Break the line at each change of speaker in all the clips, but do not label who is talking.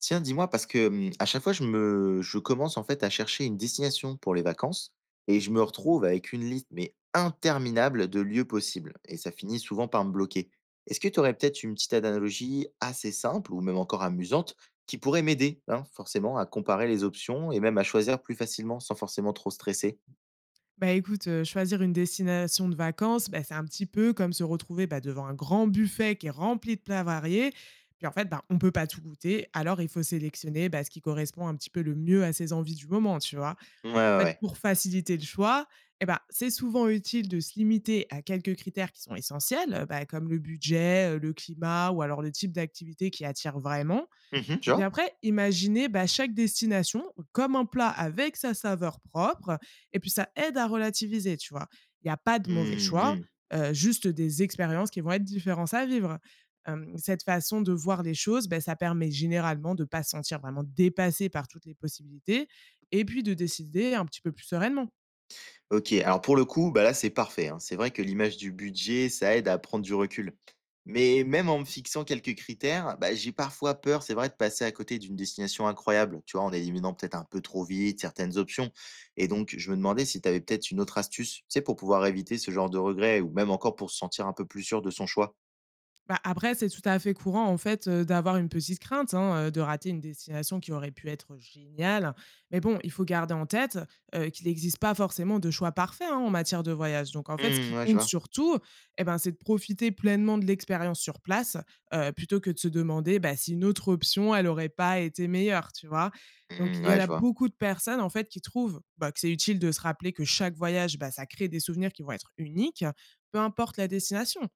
Tiens, dis-moi, parce que à chaque fois, je commence en fait à chercher une destination pour les vacances et je me retrouve avec une liste mais interminable de lieux possibles et ça finit souvent par me bloquer. Est-ce que tu aurais peut-être une petite analogie assez simple ou même encore amusante qui pourrait m'aider, hein, forcément, à comparer les options et même à choisir plus facilement sans forcément trop stresser?
Bah, écoute, choisir une destination de vacances, bah, c'est un petit peu comme se retrouver, bah, devant un grand buffet qui est rempli de plats variés. Puis en fait, bah, on peut pas tout goûter, alors il faut sélectionner, bah, ce qui correspond un petit peu le mieux à ses envies du moment, tu vois?
Ouais, ouais,
En fait,
ouais.
pour faciliter le choix, eh ben, c'est souvent utile de se limiter à quelques critères qui sont essentiels, bah, comme le budget, le climat ou alors le type d'activité qui attire vraiment.
Mhm. Tu
Et puis
vois?
après, imaginez bah, chaque destination comme un plat avec sa saveur propre. Et puis ça aide à relativiser, tu vois. Il n'y a pas de mauvais choix, juste des expériences qui vont être différentes à vivre. Cette façon de voir les choses, bah, ça permet généralement de ne pas se sentir vraiment dépassé par toutes les possibilités et puis de décider un petit peu plus sereinement.
OK, alors pour le coup, bah là, c'est parfait, hein. C'est vrai que l'image du budget, ça aide à prendre du recul. Mais même en me fixant quelques critères, bah, j'ai parfois peur, c'est vrai, de passer à côté d'une destination incroyable, tu vois, en éliminant peut-être un peu trop vite certaines options. Et donc, je me demandais si tu avais peut-être une autre astuce, tu sais, pour pouvoir éviter ce genre de regret ou même encore pour se sentir un peu plus sûr de son choix.
Bah, après, c'est tout à fait courant, en fait, d'avoir une petite crainte, hein, de rater une destination qui aurait pu être géniale. Mais bon, il faut garder en tête, qu'il n'existe pas forcément de choix parfait, hein, en matière de voyage. Donc en fait, ce
Mmh,
qui
ouais, je
compte
vois.
surtout, et ben, c'est de profiter pleinement de l'expérience sur place, plutôt que de se demander, bah, si une autre option, elle aurait pas été meilleure, tu vois? Donc
Mmh,
il y en
ouais, je
a
vois.
beaucoup de personnes, en fait, qui trouvent, bah, que c'est utile de se rappeler que chaque voyage, bah, ça crée des souvenirs qui vont être uniques, peu importe la destination.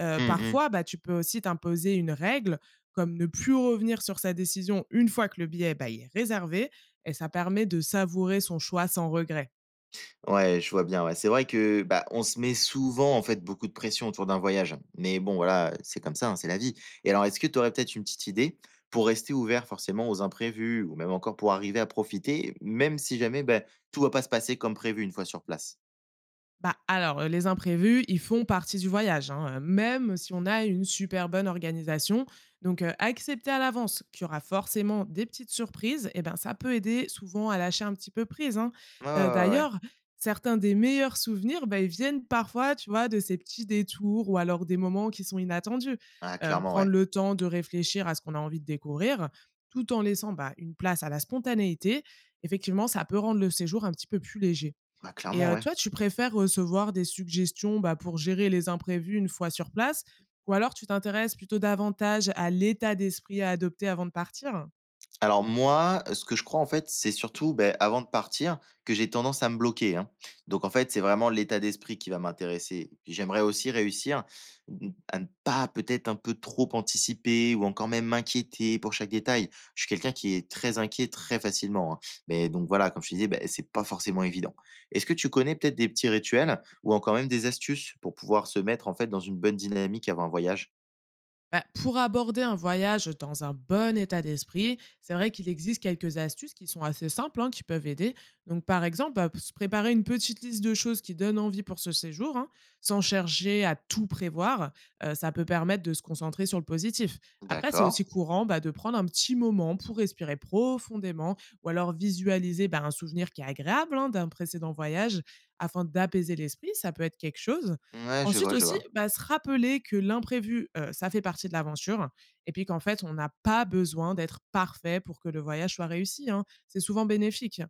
Mmh, mmh.
Parfois, bah, tu peux aussi t'imposer une règle, comme ne plus revenir sur sa décision une fois que le billet, bah, il est réservé et ça permet de savourer son choix sans regret.
Ouais, je vois bien, ouais. C'est vrai que, bah, on se met souvent, en fait, beaucoup de pression autour d'un voyage. Mais bon, voilà, c'est comme ça, hein, c'est la vie. Et alors, est-ce que tu aurais peut-être une petite idée pour rester ouvert forcément aux imprévus ou même encore pour arriver à profiter, même si jamais, bah, tout va pas se passer comme prévu une fois sur place?
Bah, alors, les imprévus, ils font partie du voyage, hein, même si on a une super bonne organisation. Donc, accepter à l'avance qu'il y aura forcément des petites surprises et ben, ça peut aider souvent à lâcher un petit peu prise, hein.
Ouais, ouais, ouais, ouais.
D'ailleurs, certains des meilleurs souvenirs, bah, ils viennent parfois, tu vois, de ces petits détours ou alors des moments qui sont inattendus.
Ah, clairement, ouais.
Prendre le temps de réfléchir à ce qu'on a envie de découvrir, tout en laissant, bah, une place à la spontanéité, effectivement, ça peut rendre le séjour un petit peu plus léger.
Ah,
Et
clairement, ouais.
toi, tu préfères recevoir des suggestions, bah, pour gérer les imprévus une fois sur place ou alors tu t'intéresses plutôt davantage à l'état d'esprit à adopter avant de partir?
Alors moi, ce que je crois en fait, c'est surtout, beh, avant de partir, que j'ai tendance à me bloquer, hein. Donc en fait, c'est vraiment l'état d'esprit qui va m'intéresser. Puis j'aimerais aussi réussir, mmh, à ne pas peut-être un peu trop anticiper ou encore même m'inquiéter pour chaque détail. Je suis quelqu'un qui est très inquiet très facilement, hein. Mais donc voilà, comme je te disais, beh, c'est pas forcément évident. Est-ce que tu connais peut-être des petits rituels ou encore même des astuces pour pouvoir se mettre en fait dans une bonne dynamique avant un voyage?
Bah, pour aborder un voyage dans un bon état d'esprit, c'est vrai qu'il existe quelques astuces qui sont assez simples, hein, qui peuvent aider. Donc, par exemple, bah, se préparer une petite liste de choses qui donnent envie pour ce séjour, hein, sans chercher à tout prévoir, ça peut permettre de se concentrer sur le positif. Après, c'est
D'accord.
aussi courant bah, de prendre un petit moment pour respirer profondément, ou alors visualiser bah, un souvenir qui est agréable hein, d'un précédent voyage, afin d'apaiser l'esprit, ça peut être quelque chose.
Ouais, je vois,
Ensuite
je
aussi,
vois.
bah, se rappeler que l'imprévu, ça fait partie de l'aventure et puis qu'en fait, on n'a pas besoin d'être parfait pour que le voyage soit réussi, hein. C'est souvent bénéfique.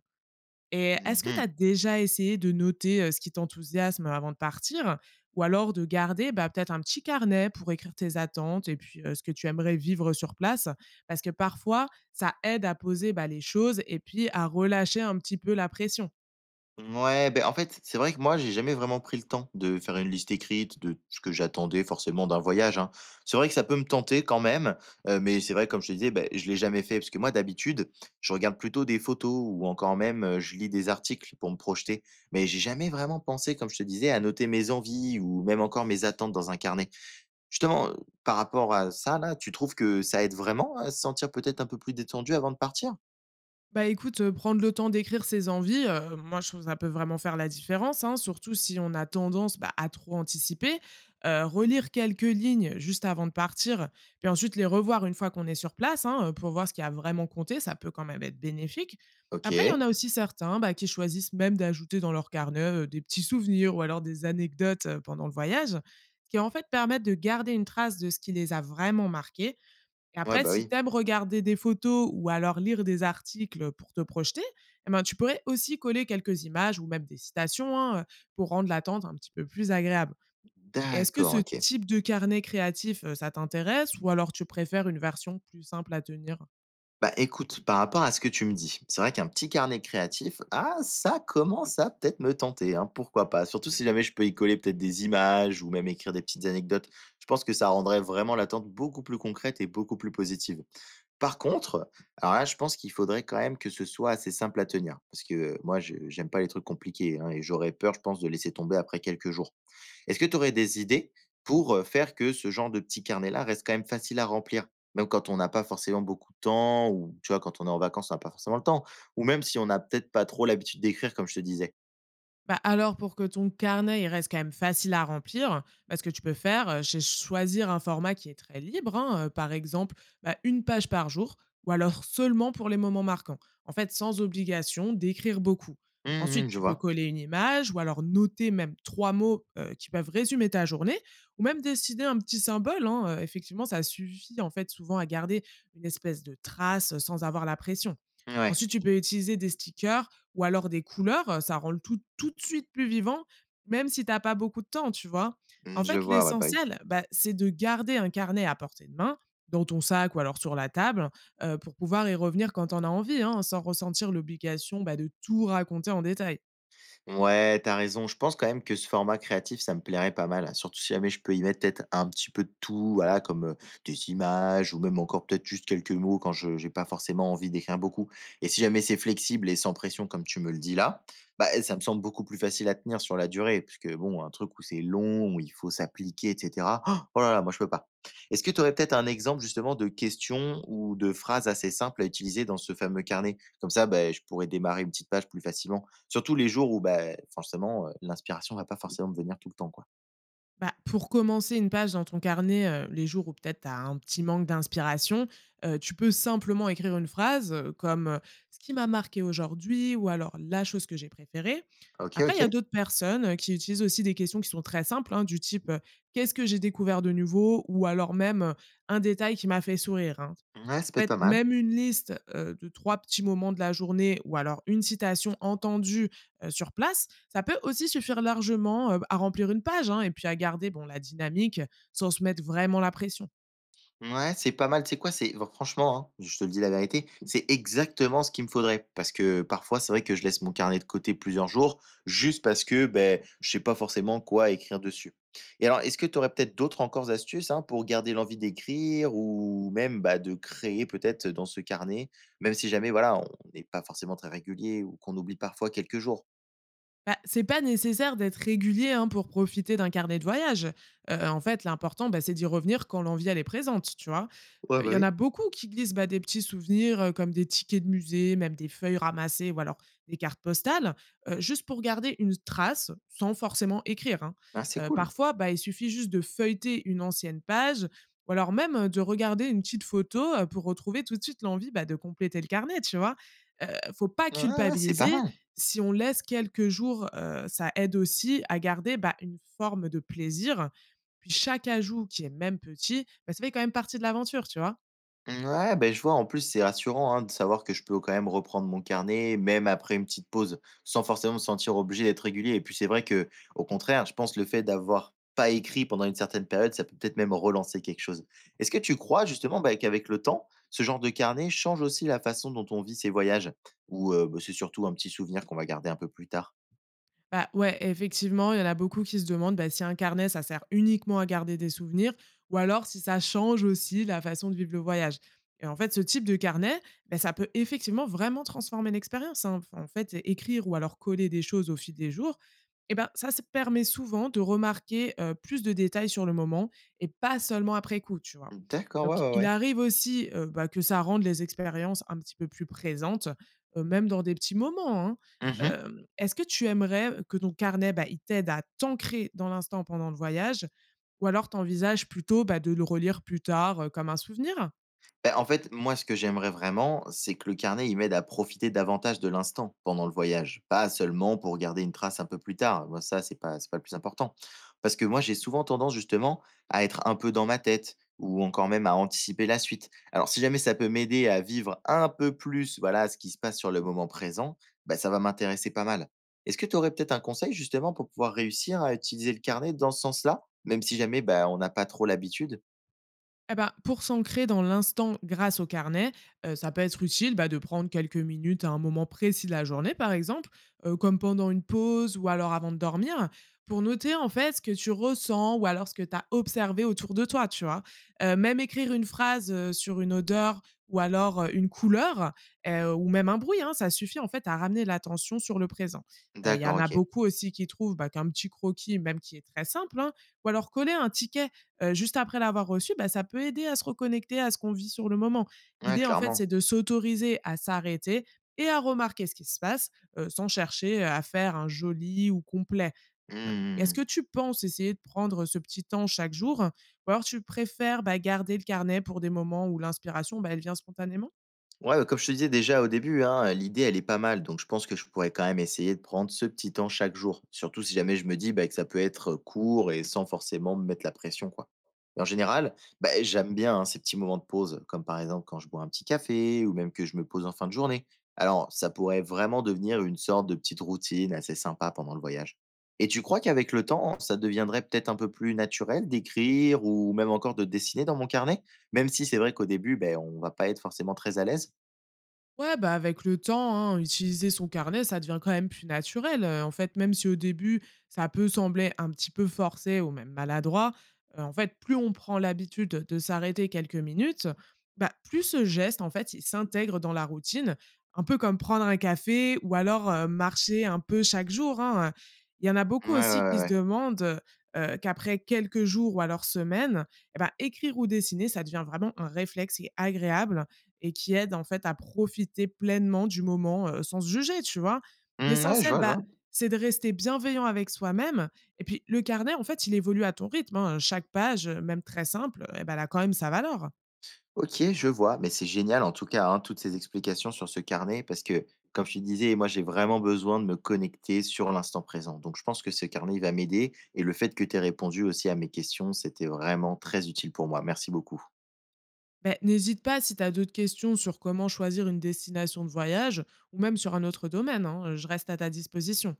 Et est-ce que tu
Mmh.
as déjà essayé de noter, ce qui t'enthousiasme avant de partir? Ou alors de garder, bah, peut-être un petit carnet pour écrire tes attentes et puis, ce que tu aimerais vivre sur place? Parce que parfois, ça aide à poser, bah, les choses et puis à relâcher un petit peu la pression.
Ouais, ben en fait, c'est vrai que moi, j'ai jamais vraiment pris le temps de faire une liste écrite de ce que j'attendais forcément d'un voyage, hein. C'est vrai que ça peut me tenter quand même, mais c'est vrai comme je te disais, ben je l'ai jamais fait parce que moi d'habitude, je regarde plutôt des photos ou encore même, je lis des articles pour me projeter. Mais j'ai jamais vraiment pensé, comme je te disais, à noter mes envies ou même encore mes attentes dans un carnet. Justement, par rapport à ça là, tu trouves que ça aide vraiment à se sentir peut-être un peu plus détendu avant de partir?
Bah, écoute, prendre le temps d'écrire ses envies, moi, je trouve que ça peut vraiment faire la différence, hein, surtout si on a tendance, bah, à trop anticiper.
Mmh.
Relire quelques lignes juste avant de partir, puis ensuite les revoir une fois qu'on est sur place, hein, pour voir ce qui a vraiment compté, ça peut quand même être bénéfique. Après, il y en
OK.
a aussi certains, bah, qui choisissent même d'ajouter dans leur carnet, des petits souvenirs ou alors des anecdotes, pendant le voyage, qui en fait permettent de garder une trace de ce qui les a vraiment marqués et
Ouais,
après,
bah,
si tu
oui.
aimes regarder des photos ou alors lire des articles, pour te projeter, eh ben, tu pourrais aussi coller quelques images ou même des citations, hein, pour rendre l'attente un petit peu plus agréable. Et est-ce que
D'accord,
ce
OK.
type de carnet créatif, ça t'intéresse ou alors tu préfères une version plus simple à tenir?
Bah, écoute, par rapport à ce que tu me dis, c'est vrai qu'un petit carnet créatif, ah, ça commence à peut-être me tenter, hein, pourquoi pas? Surtout si jamais je peux y coller peut-être des images ou même écrire des petites anecdotes. Je pense que ça rendrait vraiment l'attente beaucoup plus concrète et beaucoup plus positive. Par contre, alors là, je pense qu'il faudrait quand même que ce soit assez simple à tenir parce que moi, je j'aime pas les trucs compliqués, hein, et j'aurais peur, je pense, de laisser tomber après quelques jours. Est-ce que tu aurais des idées pour, faire que ce genre de petit carnet-là reste quand même facile à remplir? Même quand on n'a pas forcément beaucoup de temps ou tu vois, quand on est en vacances, on n'a pas forcément le temps ou même si on n'a peut-être pas trop l'habitude d'écrire comme je te disais.
Bah, alors pour que ton carnet, il reste quand même facile à remplir, bah, ce que tu peux faire, c'est choisir un format qui est très libre, hein, par exemple, bah, une page par jour ou alors seulement pour les moments marquants. En fait, sans obligation d'écrire beaucoup.
Mmh
Ensuite,
mh, je
tu peux
vois.
coller une image ou alors noter même 3 mots, qui peuvent résumer ta journée ou même décider un petit symbole, hein, effectivement, ça suffit, en fait, souvent à garder une espèce de trace, sans avoir la pression.
Ouais,
Ensuite, tu peux utiliser des stickers ou alors des couleurs, ça rend le tout tout de suite plus vivant, même si tu as pas beaucoup de temps, tu vois?
mmh,
En
je
fait,
vois, ouais, bah, oui.
l'essentiel, bah, c'est de garder un carnet à portée de main, dans ton sac ou alors sur la table, pour pouvoir y revenir quand tu en as envie, hein, sans ressentir l'obligation, bah, de tout raconter en détail.
Ouais, t'as raison. Je pense quand même que ce format créatif, ça me plairait pas mal, hein. Surtout si jamais je peux y mettre peut-être un petit peu de tout, voilà, comme des images ou même encore peut-être juste quelques mots quand je n'ai pas forcément envie d'écrire beaucoup. Et si jamais c'est flexible et sans pression, comme tu me le dis là, bah, ça me semble beaucoup plus facile à tenir sur la durée. Parce que bon, un truc où c'est long, où il faut s'appliquer, etc. Oh oh là là, moi je peux pas. Est-ce que tu aurais peut-être un exemple justement de questions ou de phrases assez simples à utiliser dans ce fameux carnet? Comme ça, bah, je pourrais démarrer une petite page plus facilement. Surtout les jours où, bah, forcément, l'inspiration va pas forcément me venir tout le temps, quoi.
Bah, pour commencer une page dans ton carnet, les jours où peut-être tu as un petit manque d'inspiration, tu peux simplement écrire une phrase, comme, «Ce qui m'a marqué aujourd'hui» ou alors «La chose que j'ai préférée».
OK,
Après, il y a
OK.
d'autres personnes, qui utilisent aussi des questions qui sont très simples, hein, du type, «Qu'est-ce que j'ai découvert de nouveau?» ou alors même, «Un détail qui m'a fait sourire», hein.
Ouais, ça peut
En
être pas
fait,
mal.
même une liste, de 3 petits moments de la journée ou alors une citation entendue, sur place, ça peut aussi suffire largement, à remplir une page, hein et puis à garder, bon, la dynamique sans se mettre vraiment la pression.
Ouais, c'est pas mal, tu sais quoi? C'est franchement, hein, je te le dis la vérité, c'est exactement ce qu'il me faudrait parce que parfois, c'est vrai que je laisse mon carnet de côté plusieurs jours juste parce que, ben, je sais pas forcément quoi écrire dessus. Et alors, est-ce que tu aurais peut-être d'autres encore astuces, hein, pour garder l'envie d'écrire ou même, bah, de créer peut-être dans ce carnet? Même si jamais, voilà, on n'est pas forcément très régulier ou qu'on oublie parfois quelques jours.
Bah, c'est pas nécessaire d'être régulier hein, pour profiter d'un carnet de voyage. En fait, l'important, bah, c'est d'y revenir quand l'envie, elle est présente, tu vois?
Ouais,
Il
bah,
y en
oui.
a beaucoup qui glissent, bah, des petits souvenirs, comme des tickets de musée, même des feuilles ramassées ou alors des cartes postales, juste pour garder une trace sans forcément écrire, hein.
Ah, c'est cool.
Parfois, bah, il suffit juste de feuilleter une ancienne page ou alors même, de regarder une petite photo, pour retrouver tout de suite l'envie, bah, de compléter le carnet, tu vois? Heu, Faut pas
Ouais, ouais, c'est pas
culpabiliser,
mal.
si on laisse quelques jours, ça aide aussi à garder, bah, une forme de plaisir. Puis chaque ajout qui est même petit, bah, ça fait quand même partie de l'aventure, tu vois?
Ouais, ben je vois, en plus, c'est rassurant, hein, de savoir que je peux quand même reprendre mon carnet, même après une petite pause, sans forcément me sentir obligé d'être régulier et puis c'est vrai que, au contraire, je pense le fait d'avoir pas écrit pendant une certaine période, ça peut peut-être même relancer quelque chose. Est-ce que tu crois justement, bah, qu'avec le temps, ce genre de carnet change aussi la façon dont on vit ses voyages? Ou, bah, c'est surtout un petit souvenir qu'on va garder un peu plus tard?
Bah, ouais, effectivement, il y en a beaucoup qui se demandent bah, si un carnet, ça sert uniquement à garder des souvenirs ou alors si ça change aussi la façon de vivre le voyage. Et en fait, ce type de carnet, bah, ça peut effectivement vraiment transformer l'expérience, hein. Enfin, en fait, écrire ou alors coller des choses au fil des jours, et ben, ça se permet souvent de remarquer plus de détails sur le moment et pas seulement après coup, tu vois.
D'accord, ouais,
Donc,
ouais,
il
ouais.
arrive aussi bah, que ça rende les expériences un petit peu plus présentes, même dans des petits moments, hein.
Mmh.
Euh, Est-ce que tu aimerais que ton carnet, bah, il t'aide à t'ancrer dans l'instant pendant le voyage? Ou alors t'envisages plutôt, bah, de le relire plus tard, comme un souvenir?
Bah, en fait, moi, ce que j'aimerais vraiment, c'est que le carnet, il m'aide à profiter davantage de l'instant pendant le voyage, pas seulement pour garder une trace un peu plus tard. Moi, ça, c'est pas le plus important. Parce que moi, j'ai souvent tendance justement à être un peu dans ma tête ou encore même à anticiper la suite. Alors, si jamais ça peut m'aider à vivre un peu plus, voilà, ce qui se passe sur le moment présent, ben ça va m'intéresser pas mal. Est-ce que tu aurais peut-être un conseil justement pour pouvoir réussir à utiliser le carnet dans ce sens-là, même si jamais ben on n'a pas trop l'habitude?
Eh ben, pour s'ancrer dans l'instant grâce au carnet, ça peut être utile bah, de prendre quelques minutes à un moment précis de la journée, par exemple, comme pendant une pause ou alors avant de dormir, pour noter en fait ce que tu ressens ou alors ce que tu as observé autour de toi, tu vois. Même écrire une phrase sur une odeur ou alors une couleur ou même un bruit, hein, ça suffit en fait à ramener l'attention sur le présent. Il y
D'accord,
en a
ok.
beaucoup aussi qui trouvent bah, qu'un petit croquis, même qui est très simple, hein, ou alors coller un ticket juste après l'avoir reçu, bah, ça peut aider à se reconnecter à ce qu'on vit sur le moment.
Ouais,
L'idée, en fait, c'est
clairement.
de s'autoriser à s'arrêter et à remarquer ce qui se passe, sans chercher, à faire un joli ou complet. Est-ce
Hmm.
que tu penses essayer de prendre ce petit temps chaque jour? Ou alors tu préfères, bah, garder le carnet pour des moments où l'inspiration, bah, elle vient spontanément?
Ouais, bah, comme je te disais déjà au début, hein, l'idée, elle est pas mal. Donc, je pense que je pourrais quand même essayer de prendre ce petit temps chaque jour. Surtout si jamais je me dis bah, que ça peut être court et sans forcément me mettre la pression, quoi. Et en général, bah, j'aime bien hein, ces petits moments de pause, comme par exemple quand je bois un petit café ou même que je me pose en fin de journée. Alors, ça pourrait vraiment devenir une sorte de petite routine assez sympa pendant le voyage. Et tu crois qu'avec le temps, ça deviendrait peut-être un peu plus naturel d'écrire ou même encore de dessiner dans mon carnet même si c'est vrai qu'au début, ben, on va pas être forcément très à l'aise.
Ouais, bah, avec le temps, hein, utiliser son carnet, ça devient quand même plus naturel. En fait, même si au début, ça peut sembler un petit peu forcé ou même maladroit, en fait, plus on prend l'habitude de s'arrêter quelques minutes, bah, plus ce geste, en fait, il s'intègre dans la routine, un peu comme prendre un café ou alors, marcher un peu chaque jour, hein, Il y en a
Ouais,
beaucoup
ouais,
aussi
ouais,
qui se
ouais.
demandent, qu'après quelques jours ou alors semaines, eh bah, écrire ou dessiner, ça devient vraiment un réflexe et agréable et qui aide en fait à profiter pleinement du moment, sans se juger, tu vois?
Mmh, ouais, je
L'essentiel,
vois, je
bah,
vois.
c'est de rester bienveillant avec soi-même et puis le carnet, en fait, il évolue à ton rythme, hein. Chaque page, même très simple, eh ben elle a quand même sa valeur.
OK, je vois, mais c'est génial en tout cas, hein, toutes ces explications sur ce carnet parce que, comme je te disais, moi j'ai vraiment besoin de me connecter sur l'instant présent. Donc je pense que ce carnet, il va m'aider et le fait que tu aies répondu aussi à mes questions, c'était vraiment très utile pour moi. Merci beaucoup.
Ben n'hésite pas si tu as d'autres questions sur comment choisir une destination de voyage ou même sur un autre domaine, hein, je reste à ta disposition.